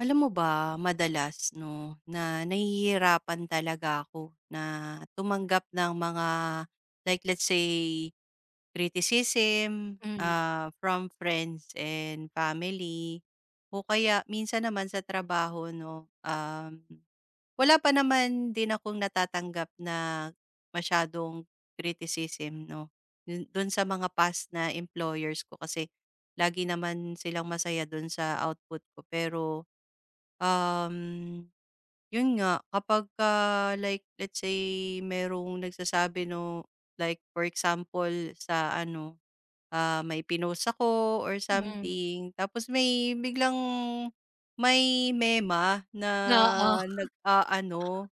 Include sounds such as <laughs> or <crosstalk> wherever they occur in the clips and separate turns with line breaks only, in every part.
Alam mo ba, madalas 'no, na nahihirapan talaga ako na tumanggap ng mga like let's say criticism,
Hmm,
from friends and family, o kaya minsan naman sa trabaho 'no, wala pa naman din akong natatanggap na masyadong criticism 'no, dun sa mga past na employers ko kasi lagi naman silang masaya dun sa output ko. Pero Um, yun nga kapagka like let's say merong nagsasabi 'no, like for example sa ano. May pinost ako or
hmm.
something tapos may biglang may mema na
Oo,
nag-aano,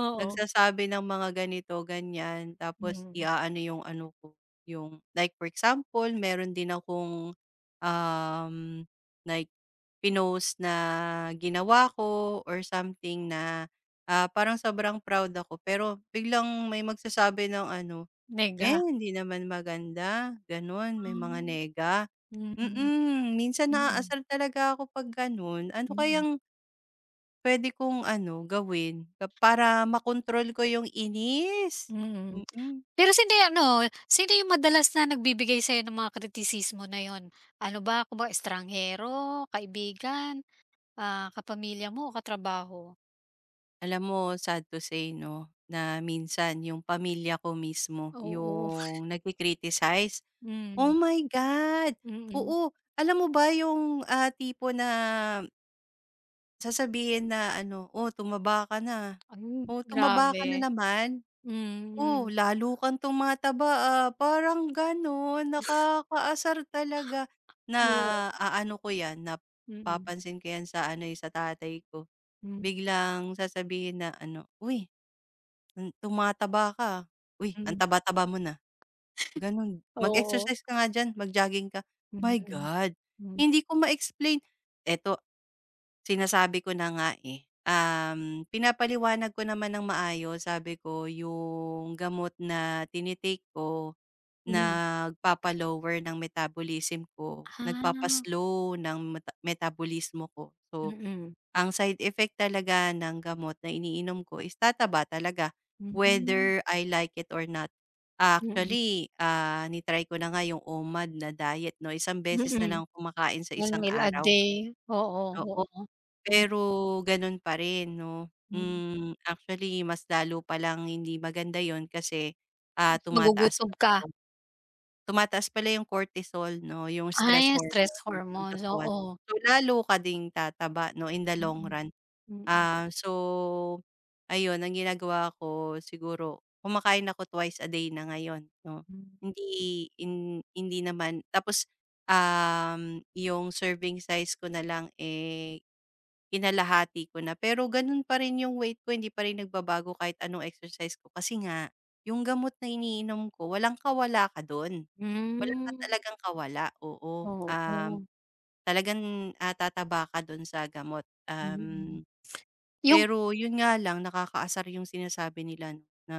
oo.
nagsasabi ng mga ganito, ganyan tapos
Hmm,
i-aano yung ano ko, yung like for example meron din akong, um, like pinost na ginawa ko or something na, parang sobrang proud ako pero biglang may magsasabi ng ano, eh,
nega.
hindi naman maganda, gano'n, may mga
Hmm,
nega.
mm,
Minsan
mm,
naaasar talaga ako 'pag gano'n. Ano
mm,
kayang pwede kong ano, gawin ka para makontrol ko yung inis?
mm.
Mm.
Pero sino yung ano, sino yung madalas na nagbibigay sa'yo ng mga kritisismo na yun? Ano ba, kumbaga estanghero, kaibigan, kapamilya mo o katrabaho?
Alam mo, sad to say 'no, na minsan yung pamilya ko mismo
Oo,
yung nagki-criticize. "Oh
hmm,
my God!"
mm.
Oo, alam mo ba yung, tipo na sasabihin na ano, "Oh, tumaba ka na.
Hmm,
Oh, tumaba ka na
grabe.
naman. Oh,
Mm,
lalo kang tumataba, ah." Parang gano'n, nakakaasar talaga.
oo,
Naaano ko 'yan,
mm,
napapansin ko 'yan sa ano, eh, sa tatay ko.
hmm,
Biglang sasabihin na ano, "Uy, hmm, tumataba ka, ah. Uy, ang
hmm.
taba-taba mo na." Gano'n.
Oo,
"Mag-exercise ka nga diyan, mag-jogging ka." My
mm,
God,
hmm,
hindi ko ma-explain. Eto Sinasabi ko na nga, eh. Pinapaliwanag ko naman ng maayos. Sabi ko, yung gamot na tini-take ko,
hmm.
nagpapa-lower ng metabolism ko,
Ah,
nagpapaslow ng metabolismo ko. So,
mm.
ang side effect talaga ng gamot na iniinom ko is tataba talaga,
Hmm,
whether I like it or not.
mm,
Actually, ni-try ko na nga yung OMAD na diet 'no, isang beses na
mm.
lang kumakain sa
One
isang
meal a
araw,
day, oo,
oo.
oo. Hmm,
Pero gano'n pa rin 'no.
mm.
Actually mas lalo palang hindi maganda yon kasi, ah, tumataas
Magugutom
pala
ka.
yung tumataas pala yung cortisol 'no, yung stress
Ay, stress
hormone ng
hormones,
katawan.
oo.
So lalo ka ding tataba 'no, in the long
Mm,
run.
mm,
So, ayun ang ginagawa ko siguro kumakain ako twice a day na ngayon 'no.
hmm.
Hindi naman tapos, yung serving size ko na lang, eh, kinalahati ko na. Pero gano'n pa rin yung weight ko, hindi pa rin nagbabago kahit anong exercise ko kasi nga yung gamot na iniinom ko walang kawala ka do'n. Wala ka
Hmm,
talagang kawala, oo.
oo,
Talagang, tataba ka do'n sa gamot,
mm. Yung
pero yun nga lang nakakaasar yung sinasabi nila 'no, na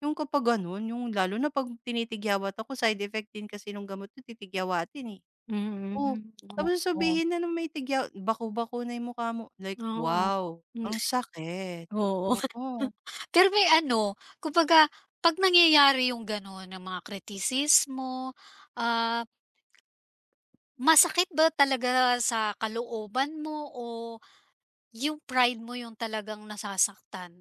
yung kapag gano'n, yung lalo na 'pag tinitigyawat ako side effect din kasi nung gamot na titigyawatin, eh. Oh,
mm, oo,
tapos
oo.
sabihin na nung may tigyaw, "Bako-bako na yung mukha mo." Like, wow,
Hmm,
ang sakit.
oo. <laughs>
Oo,
Pero may ano, kumbaga 'pag nangyayari yung gano'n ng mga kritisismo, ah, masakit ba talaga sa kalooban mo, o yung pride mo yung talagang nasasaktan?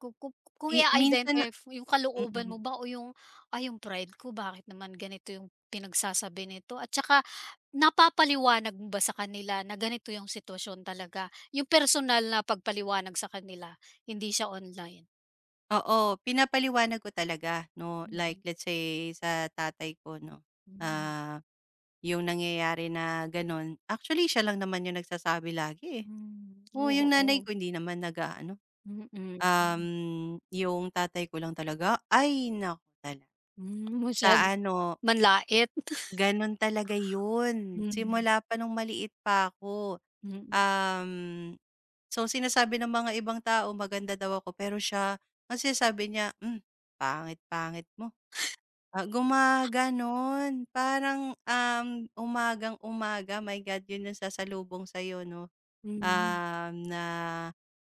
kung ku kung
minsan na
i-a-identify yung kalooban
mm,
mo ba o yung, "Ay, yung pride ko, bakit naman ganito yung pinagsasabi nito?" At saka napapaliwanag mo ba sa kanila na ganito yung sitwasyon talaga, yung personal na pagpaliwanag sa kanila, hindi siya online?
oo, pinapaliwanag ko talaga 'no, like
Hindi.
let's say sa tatay ko 'no,
Mm.
ah yung nangyayari na gano'n. Actually, siya lang naman yung nagsasabi lagi, eh.
Hmm.
Oo, yung nanay
Oo,
ko hindi naman nag-aano.
mm-mm. Mm.
Yung tatay ko lang talaga, ay naku talaga.
Hmm, masyado
Sa ano,
manlait. <laughs>
gano'n talaga yun.
Hmm,
Simula pa nung maliit pa ako.
mm,
Um, so sinasabi ng mga ibang tao maganda daw ako, pero siya ang sinasabi niya, "Hmm, pangit-pangit mo." Gumaganon. Parang, umagang-umaga, my God, yun yung sasalubong sa'yo 'no,
mm.
na,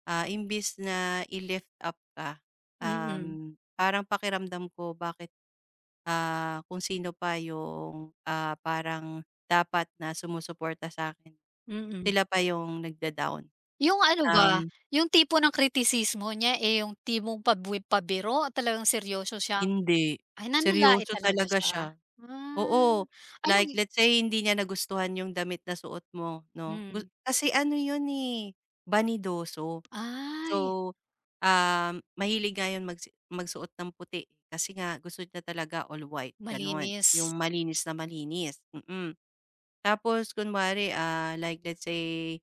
imbis na i-lift up ka,
Mm,
parang pakiramdam ko bakit, kung sino pa yung, parang dapat na sumusuporta sa akin
mm, mm.
sila pa yung nagda-down.
Yung ano ba,
Um
yung tipo ng kritisismo niya, eh, yung tipong pabiro, talagang seryoso
Hindi,
ay nanlalait
seryoso
talaga
talaga
siya? Ah.
siya. Oo,
Hmm, anong
like
gi
let's say hindi niya nagustuhan yung damit na suot mo 'no,
hmm,
kasi ano yun, eh, banidoso.
ay
So, mahilig nga yun magsuot ng puti eh. Kasi nga gusto niya talaga all white gano'n,
malinis.
yung malinis na malinis. Mm. Tapos kunwari, like let's say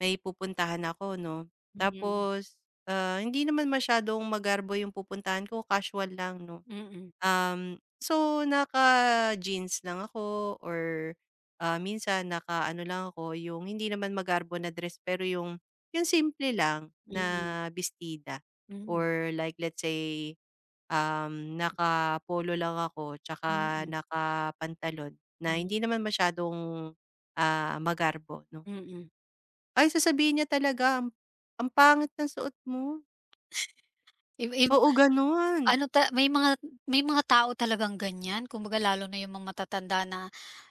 may pupuntahan ako 'no,
Mm,
tapos, hindi naman masyadong magarbo yung pupuntahan ko, casual lang 'no.
mm,
So naka-jeans lang ako or, minsan naka-ano lang ako, yung hindi naman magarbo na dress pero yung simple lang
mm,
na bestida
mm, mm,
or like let's say, naka-polo lang ako tsaka
mm,
naka-pantalon na hindi naman masyadong, magarbo 'no.
mm, mm.
Ay sasabihin niya talaga, "Ang pangit ng suot mo."
If
Oo, gano'n.
ano ta may mga May mga tao talagang ganyan, kumbaga lalo na yung mga matatanda na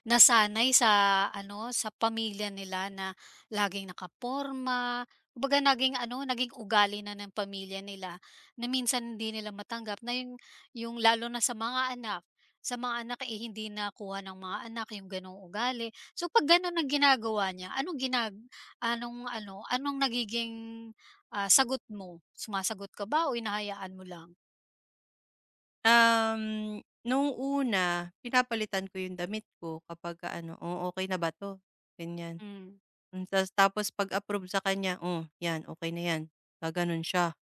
nasanay sa ano, sa pamilya nila na laging nakaporma, kumbaga naging ano, naging ugali na ng pamilya nila, na minsan hindi nila matanggap na yung lalo na sa mga anak, eh, hindi nakuha ng mga anak yung gano'ng ugali. So 'pag gano'n ang ginagawa niya, anong ginag anong ano, anong nagiging Sumasagot ka ba o hinahayaan mo lang?
Nung una pinapalitan ko yung damit ko kapagka ano, "Oh, okay na ba 'to?" Ganyan.
Hmm.
Tapos 'pag approve sa kanya, "Oh, 'yan okay na 'yan." Gaganon siya.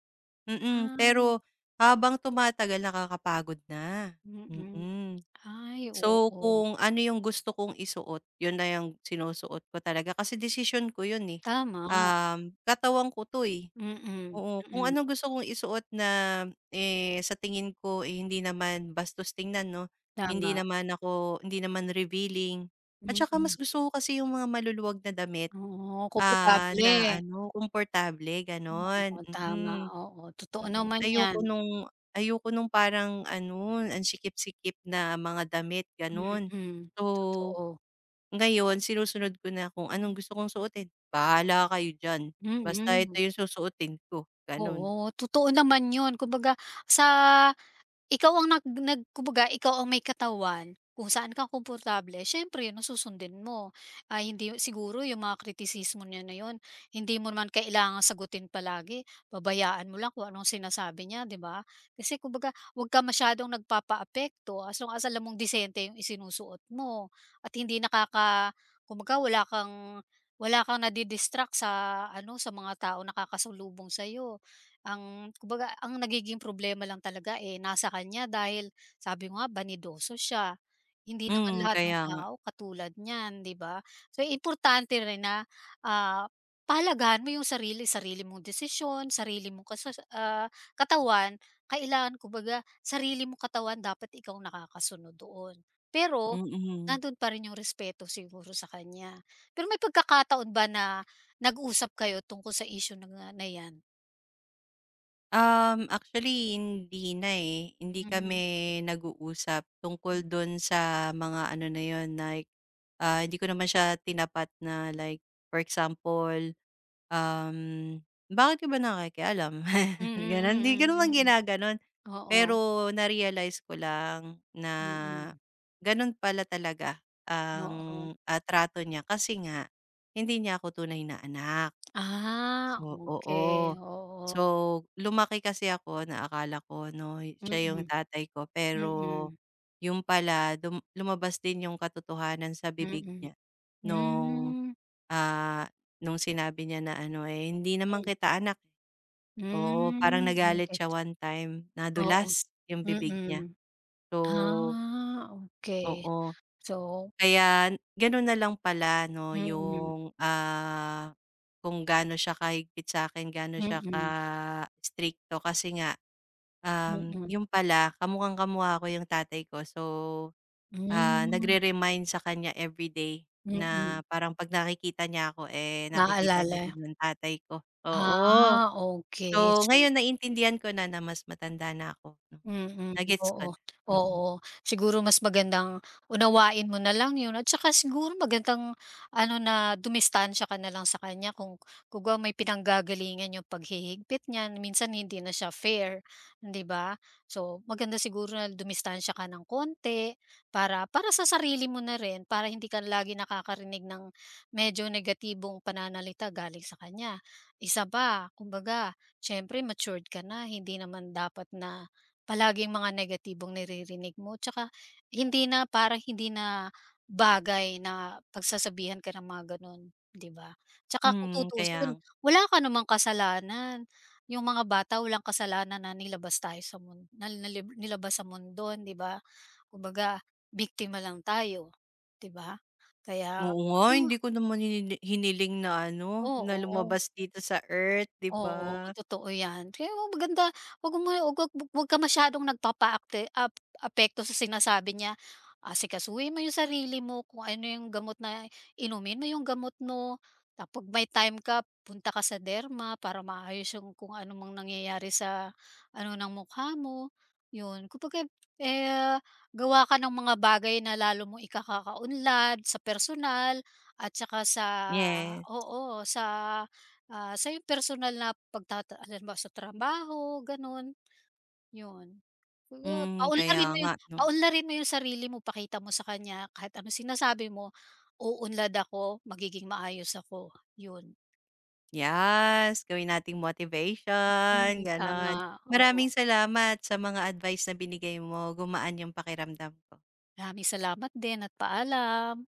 Mm. Pero
Ay,
habang tumatagal nakakapagod na.
mm.
Mm.
Ay,
So,
oo.
kung ano yung gusto kong isuot, yun na yung sinusuot ko talaga kasi decision ko yun, eh.
Tama,
Katawan ko 'to, eh.
mm,
Oo, kung
mm,
anong gusto kong isuot na, eh, sa tingin ko, eh, hindi naman bastos tingnan 'no, hindi
tama,
naman ako hindi naman revealing at saka mas
mm.
gusto ko kasi yung mga maluluwag na damit,
Oo, komportable.
na ano, komportable
Oo,
gano'n. Mm.
tama,
Mm.
oo, totoo
Mm,
naman
ayoko
'yan.
nung ayoko nung parang ano, ang sikip-sikip na mga damit gano'n.
Mm,
So,
totoo.
ngayon sinusunod ko na kung anong gusto kong suotin, bahala kayo diyan, basta ito
Mm,
yung susuotin ko, gano'n.
oo, totoo naman 'yun. Sa Kumbaga ikaw ang may katawan, kung saan ka komportable, siyempre 'yun ang susundin mo. Ay, hindi siguro yung mga kritisismo niya na 'yun, hindi mo naman kailangang sagutin palagi, babayaan mo lang kung anong sinasabi niya, 'di ba? Kasi kumbaga 'wag ka masyadong nagpapaapekto, as long as alam mong disente yung isinusuot mo at hindi kumbaga wala kang nadi-distract sa ano, sa mga taong nakakasalubong sa'yo. Kumbaga ang nagiging problema lang talaga, eh, nasa kanya, dahil sabi ko nga banidoso siya. Hindi naman
Hmm,
lahat ng
kaya nga,
tao katulad niyan, 'di ba? So importante rin na, ah, pahalagahan mo yung sarili, sarili mong desisyon, sarili mong katawan. Kailangan kumbaga sarili mong katawan dapat ikaw nakakasunod doon. Pero
mm.
nandun pa rin yung respeto siguro sa kanya. Pero may pagkakataon ba na nag-usap kayo tungkol sa issue na na 'yan?
Actually hindi na, eh, hindi
Hmm.
kami nag-uusap tungkol dun sa mga ano na yun, like, hindi ko naman siya tinapat na like for example. Um, "Bakit ka ba nakikialam?"
Mm,
<laughs> Gano'n, 'di ko
mm,
naman
mm.
ginaganon.
Oo,
Pero na-realize ko lang na
mm.
gano'n pala talaga ang,
Oo.
trato niya kasi nga hindi niya ako tunay na anak.
Ah,
So
okey,
oo.
oo.
So, lumaki kasi ako na akala ko 'no, siya yung
Mm,
tatay ko pero
mm,
yung pala lumabas din yung katotohanan sa bibig
mm.
niya nung
Hmm,
Ah, nung sinabi niya na ano, eh, "Hindi naman kita anak." Oo, parang
hmm,
nagalit
okey.
siya one time,
Oo,
nadulas yung bibig
mm.
niya. So
Ah, okey.
oo,
So
kaya gano'n na lang pala 'no
mm,
yung, kung gaano siya kahigpit sa akin gaano
mm,
siya ka
mm,
stricto kasi nga,
hmm,
yun pala kamukhang-kamukha ko yung tatay ko. So
mm.
nagre-remind sa kanya everyday na
Mm.
parang 'pag nakikita niya ako, eh, nakikita niya
Naalala.
din yung tatay ko, oo.
Ah, okey.
So,
So
ngayon naintindihan ko na na mas matanda na ako 'no,
mm,
na ko
oo,
na. Mm.
oo. Siguro mas magandang unawain mo na lang 'yun, at saka siguro magandang ano, na dumistansya ka na lang sa kanya, kung ba may pinanggagalingan 'yung paghihigpit niyan, minsan hindi na siya fair, di ba? So, maganda siguro na dumistansya ka ng konti, para para sa sarili mo na rin, para hindi ka lagi nakakarinig ng medyo negatibong pananalita galing sa kanya. Isa pa, kumbaga siyempre matured ka na, hindi naman dapat na palaging mga negatibong naririnig mo, tsaka hindi na parang hindi na bagay na pagsasabihan ka ng mga gano'n, 'di ba? Tsaka kung
Hmm, kaya
tutuusin,
nga.
wala ka namang kasalanan. Yung mga bata walang kasalanan na nilabas tayo sa mundo, nilabas sa mundo, 'di ba? Kumbaga biktima lang tayo, 'di ba? Kaya,
Oo nga, hindi ko naman hiniling na ano,
oo,
na
oo.
lumabas dito sa earth, 'di ba?
Oo, totoo 'yan. Kaya wag maganda 'wag mo huwag huwag ka masyadong nagpapaakte ap apekto sa sinasabi niya. Asikasuhin mo 'yung sarili mo, kung ano 'yung gamot na inumin mo 'yung gamot mo. Tapos, 'pag may time ka, punta ka sa derma para maayos 'yung kung ano mang nangyayari sa ano ng mukha mo, 'yun. Kumbaga, eh, gawa ka ng mga bagay na lalo mo ikakakaunlad sa personal at saka sa
Yes,
oo, sa sa yung personal na halimbawa sa trabaho, gano'n, yun. Kumbaga
kaya nga 'no.
paunlarin mo yung sarili mo, pakita mo sa kanya kahit anong sinasabi mo, uunlad ako, magiging maayos ako, yun.
Yes, gawin nating
Hmm.
motivation,
Tama,
gano'n.
oo.
Maraming salamat sa mga advice na binigay mo, gumaan yung pakiramdam ko.
Maraming salamat din at paalam.